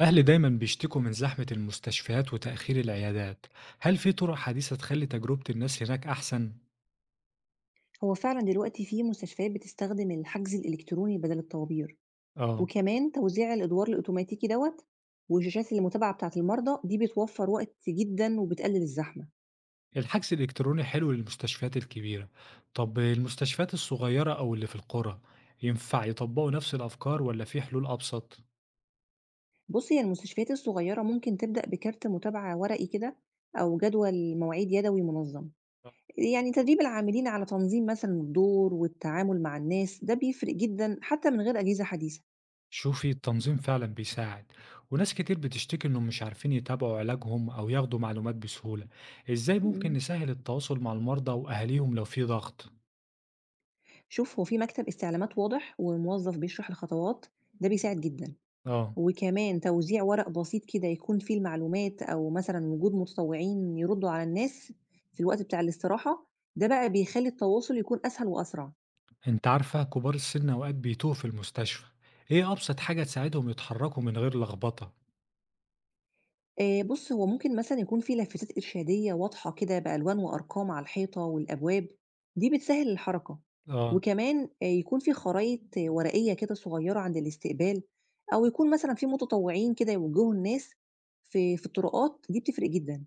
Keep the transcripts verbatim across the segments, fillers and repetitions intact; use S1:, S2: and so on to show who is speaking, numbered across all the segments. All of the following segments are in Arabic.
S1: أهلي دايما بيشتكوا من زحمة المستشفيات وتأخير العيادات، هل في طرق حديثة تخلي تجربة الناس هناك أحسن؟
S2: هو فعلا دلوقتي في مستشفيات بتستخدم الحجز الإلكتروني بدل الطوابير،
S1: آه.
S2: وكمان توزيع الأدوار الأوتوماتيكي دوت والشاشات المتابعة بتاعة المرضى دي بتوفر وقت جدا وبتقلل الزحمة.
S1: الحجز الإلكتروني حلو للمستشفيات الكبيرة، طب المستشفيات الصغيرة أو اللي في القرى ينفع يطبقوا نفس الأفكار ولا في حلول أبسط؟
S2: بص، هي المستشفيات الصغيرة ممكن تبدأ بكارت متابعة ورقي كده أو جدول مواعيد يدوي منظم، يعني تدريب العاملين على تنظيم مثلا الدور والتعامل مع الناس ده بيفرق جدا حتى من غير أجهزة حديثة.
S1: شوفي، التنظيم فعلا بيساعد، وناس كتير بتشتكي إنهم مش عارفين يتابعوا علاجهم أو ياخدوا معلومات بسهولة، إزاي ممكن
S2: مم.
S1: نسهل التواصل مع المرضى وأهاليهم لو في ضغط؟
S2: شوف، هو في مكتب استعلامات واضح وموظف بيشرح الخطوات ده بيساعد جدا،
S1: آه.
S2: وكمان توزيع ورق بسيط كده يكون فيه المعلومات أو مثلا وجود متطوعين يردوا على الناس في الوقت بتاع الاستراحة، ده بقى بيخلي التواصل يكون أسهل وأسرع.
S1: انت عارفة كبار السن اوقات بيتوه في المستشفى، ايه ابسط حاجة تساعدهم يتحركوا من غير لخبطة؟
S2: آه، بص، هو ممكن مثلا يكون فيه لافتات إرشادية واضحة كده بألوان وأرقام على الحيطة والأبواب، دي بتسهل الحركة.
S1: اه.
S2: وكمان آه، يكون فيه خرائط آه، ورقية كده صغيرة عند الاستقبال، أو يكون مثلا فيه متطوعين كده يوجهوا الناس في في الطرقات، دي بتفرق جدا.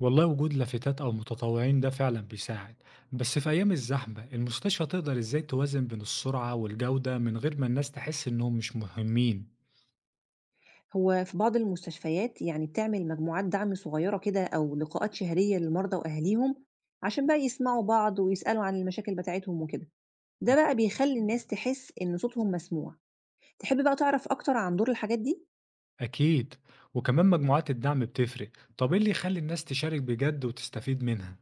S1: والله وجود لافتات او متطوعين ده فعلا بيساعد، بس في ايام الزحمة المستشفى تقدر ازاي توازن بين السرعة والجودة من غير ما الناس تحس انهم مش مهمين؟
S2: هو في بعض المستشفيات يعني بتعمل مجموعات دعم صغيرة كده أو لقاءات شهرية للمرضى وأهاليهم، عشان بقى يسمعوا بعض ويسألوا عن المشاكل بتاعتهم وكده، ده بقى بيخلي الناس تحس إن صوتهم مسموع. تحب بقى تعرف أكتر عن دور الحاجات دي؟
S1: اكيد. وكمان مجموعات الدعم بتفرق، طب ايه اللي يخلي الناس تشارك بجد وتستفيد منها؟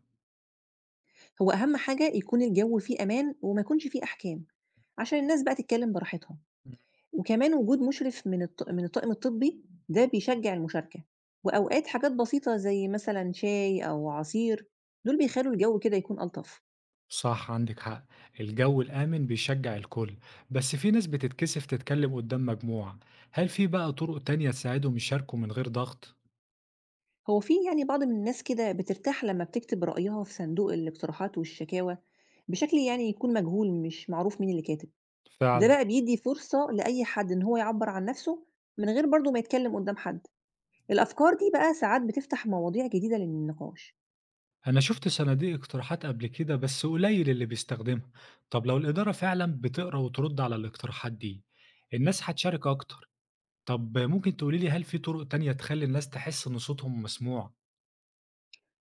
S2: هو أهم حاجة يكون الجو فيه أمان وما يكونش فيه أحكام، عشان الناس بقى تتكلم براحتها. وكمان وجود مشرف من الط... من الطاقم الطبي ده بيشجع المشاركة، وأوقات حاجات بسيطة زي مثلا شاي أو عصير دول بيخلوا الجو كده يكون ألطف.
S1: صح، عندك حق. الجو الآمن بيشجع الكل، بس في ناس بتتكسف تتكلم قدام مجموعة، هل في بقى طرق تانية تساعدهم يشاركوا من غير ضغط؟
S2: هو في يعني بعض من الناس كده بترتاح لما بتكتب رأيها في صندوق الاقتراحات والشكاوى، بشكل يعني يكون مجهول مش معروف مين اللي كاتب. ده
S1: فعلا.
S2: بقى بيدي فرصة لأي حد إن هو يعبر عن نفسه من غير برضه ما يتكلم قدام حد. الأفكار دي بقى ساعات بتفتح مواضيع جديدة للنقاش.
S1: أنا شفت صناديق اقتراحات قبل كده بس قليل اللي بيستخدمها، طب لو الإدارة فعلا بتقرأ وترد على الاقتراحات دي الناس هتشارك أكتر. طب ممكن تقوليلي، هل في طرق تانية تخلي الناس تحس إن صوتهم مسموع؟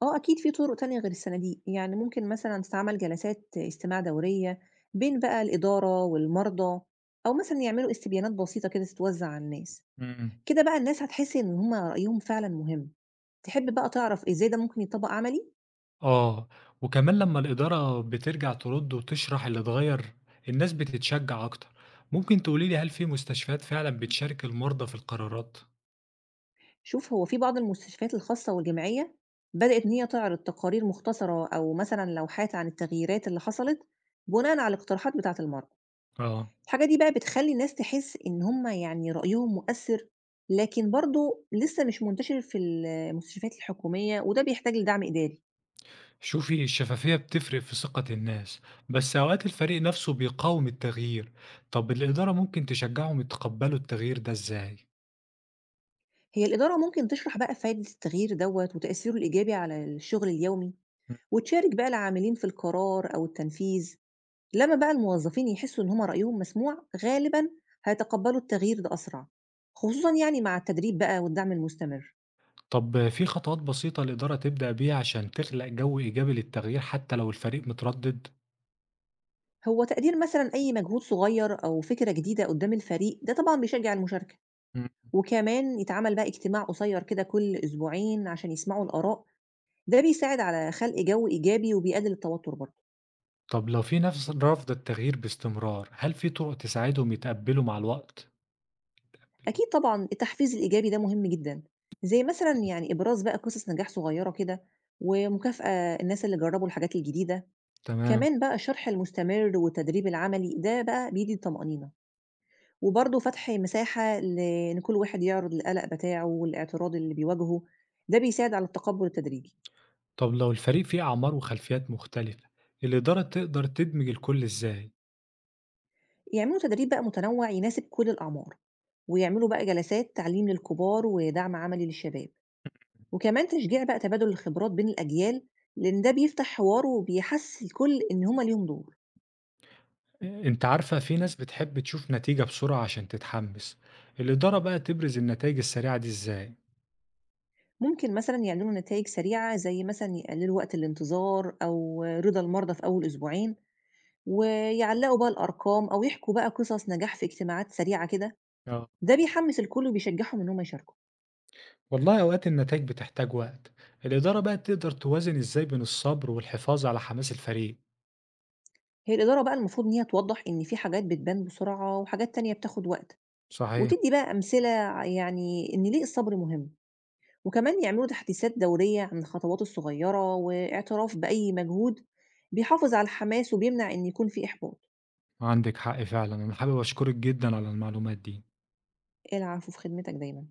S2: اه، أكيد في طرق تانية غير الصناديق، يعني ممكن مثلا تستعمل جلسات استماع دورية بين بقى الإدارة والمرضى، أو مثلا يعملوا استبيانات بسيطة كده تتوزع على الناس.
S1: مم.
S2: كده بقى الناس هتحس إن هما رأيهم فعلا مهم. تحب بقى تعرف إزاي ده ممكن يتطبّق عملي؟
S1: آه. وكمان لمّا الإدارة بترجع ترد وتشرح اللي اتغيّر، الناس بتتشجّع أكتر. ممكن تقولي لي، هل في مستشفيات فعلًا بتشارك المرضى في القرارات؟
S2: شوف، هو في بعض المستشفيات الخاصة والجامعية بدأت إن هي تعرض تقارير مختصرة أو مثلًا لوحات عن التغييرات اللي حصلت بناءً على الاقتراحات بتاعة المرضى.
S1: آه.
S2: الحاجة دي بقى بتخلّي الناس تحس إن هم يعني رأيهم مؤثّر، لكن برضه لسه مش منتشر في المستشفيات الحكومية وده بيحتاج لدعم إداري.
S1: شوفي، الشفافية بتفرق في ثقة الناس، بس أوقات الفريق نفسه بيقاوم التغيير، طب الإدارة ممكن تشجّعهم يتقبّلوا التغيير ده إزاي؟
S2: هي الإدارة ممكن تشرح بقى فايدة التغيير دوّة وتأثيره الإيجابي على الشغل اليومي،
S1: مم.
S2: وتشارك بقى العاملين في القرار أو التنفيذ. لمّا بقى الموظفين يحسّوا إن هم رأيهم مسموع، غالبًا هيتقبّلوا التغيير ده أسرع، خصوصًا يعني مع التدريب بقى والدعم المستمر.
S1: طب في خطوات بسيطة الإدارة تبدأ بيها عشان تخلق جو إيجابي للتغيير حتى لو الفريق متردد؟
S2: هو تقدير مثلًا أي مجهود صغير أو فكرة جديدة قدّام الفريق، ده طبعًا بيشجّع المشاركة، وكمان يتعمل بقى اجتماع قصير كده كل أسبوعين عشان يسمعوا الآراء، ده بيساعد على خلق جو إيجابي وبيقلل التوتر برضه.
S1: طب لو في ناس رافضة التغيير باستمرار، هل في طرق تساعدهم يتقبلوا مع الوقت؟
S2: أكيد طبعًا التحفيز الإيجابي ده مهم جدًا، زي مثلًا يعني إبراز بقى قصص نجاح صغيرة كده، ومكافأة الناس اللي جرّبوا الحاجات الجديدة.
S1: تمام.
S2: كمان بقى الشرح المستمر والتدريب العملي ده بقى بيدي طمأنينة، وبرضه فتح مساحة لإن كل واحد يعرض القلق بتاعه والاعتراض اللي بيواجهه، ده بيساعد على التقبل التدريجي.
S1: طب لو الفريق فيه أعمار وخلفيات مختلفة، الإدارة تقدر تدمج الكل إزاي؟
S2: يعملوا تدريب بقى متنوع يناسب كل الأعمار، ويعملوا بقى جلسات تعليم للكبار ودعم عملي للشباب، وكمان تشجيع بقى تبادل الخبرات بين الأجيال، لأن ده بيفتح حوار وبيحس الكل إن هما ليهم دور.
S1: أنت عارفة في ناس بتحب تشوف نتيجة بسرعة عشان تتحمس، الإدارة بقى تبرز النتائج السريعة دي إزاي؟
S2: ممكن مثلا يعلنوا نتائج سريعة زي مثلا يقللوا وقت الانتظار أو رضا المرضى في أول أسبوعين، ويعلّقوا بقى الأرقام أو يحكوا بقى قصص نجاح في اجتماعات سريعة كده،
S1: آه.
S2: ده بيحمّس الكل وبيشجّعهم إن هم يشاركوا.
S1: والله أوقات النتائج بتحتاج وقت، الإدارة بقى تقدر توازن إزاي بين الصبر والحفاظ على حماس الفريق؟
S2: هي الإدارة بقى المفروض إن هي توضّح إن في حاجات بتبان بسرعة وحاجات تانية بتاخد وقت،
S1: صحيح،
S2: وتدّي بقى أمثلة ع يعني إن ليه الصبر مهم، وكمان يعملوا تحديثات دورية عن الخطوات الصغيّرة واعتراف بأي مجهود بيحافظ على الحماس وبيمنع إن يكون في إحباط.
S1: عندك حق فعلا. أنا حابب أشكرك جدا على المعلومات دي.
S2: العفو، في خدمتك دايمًا.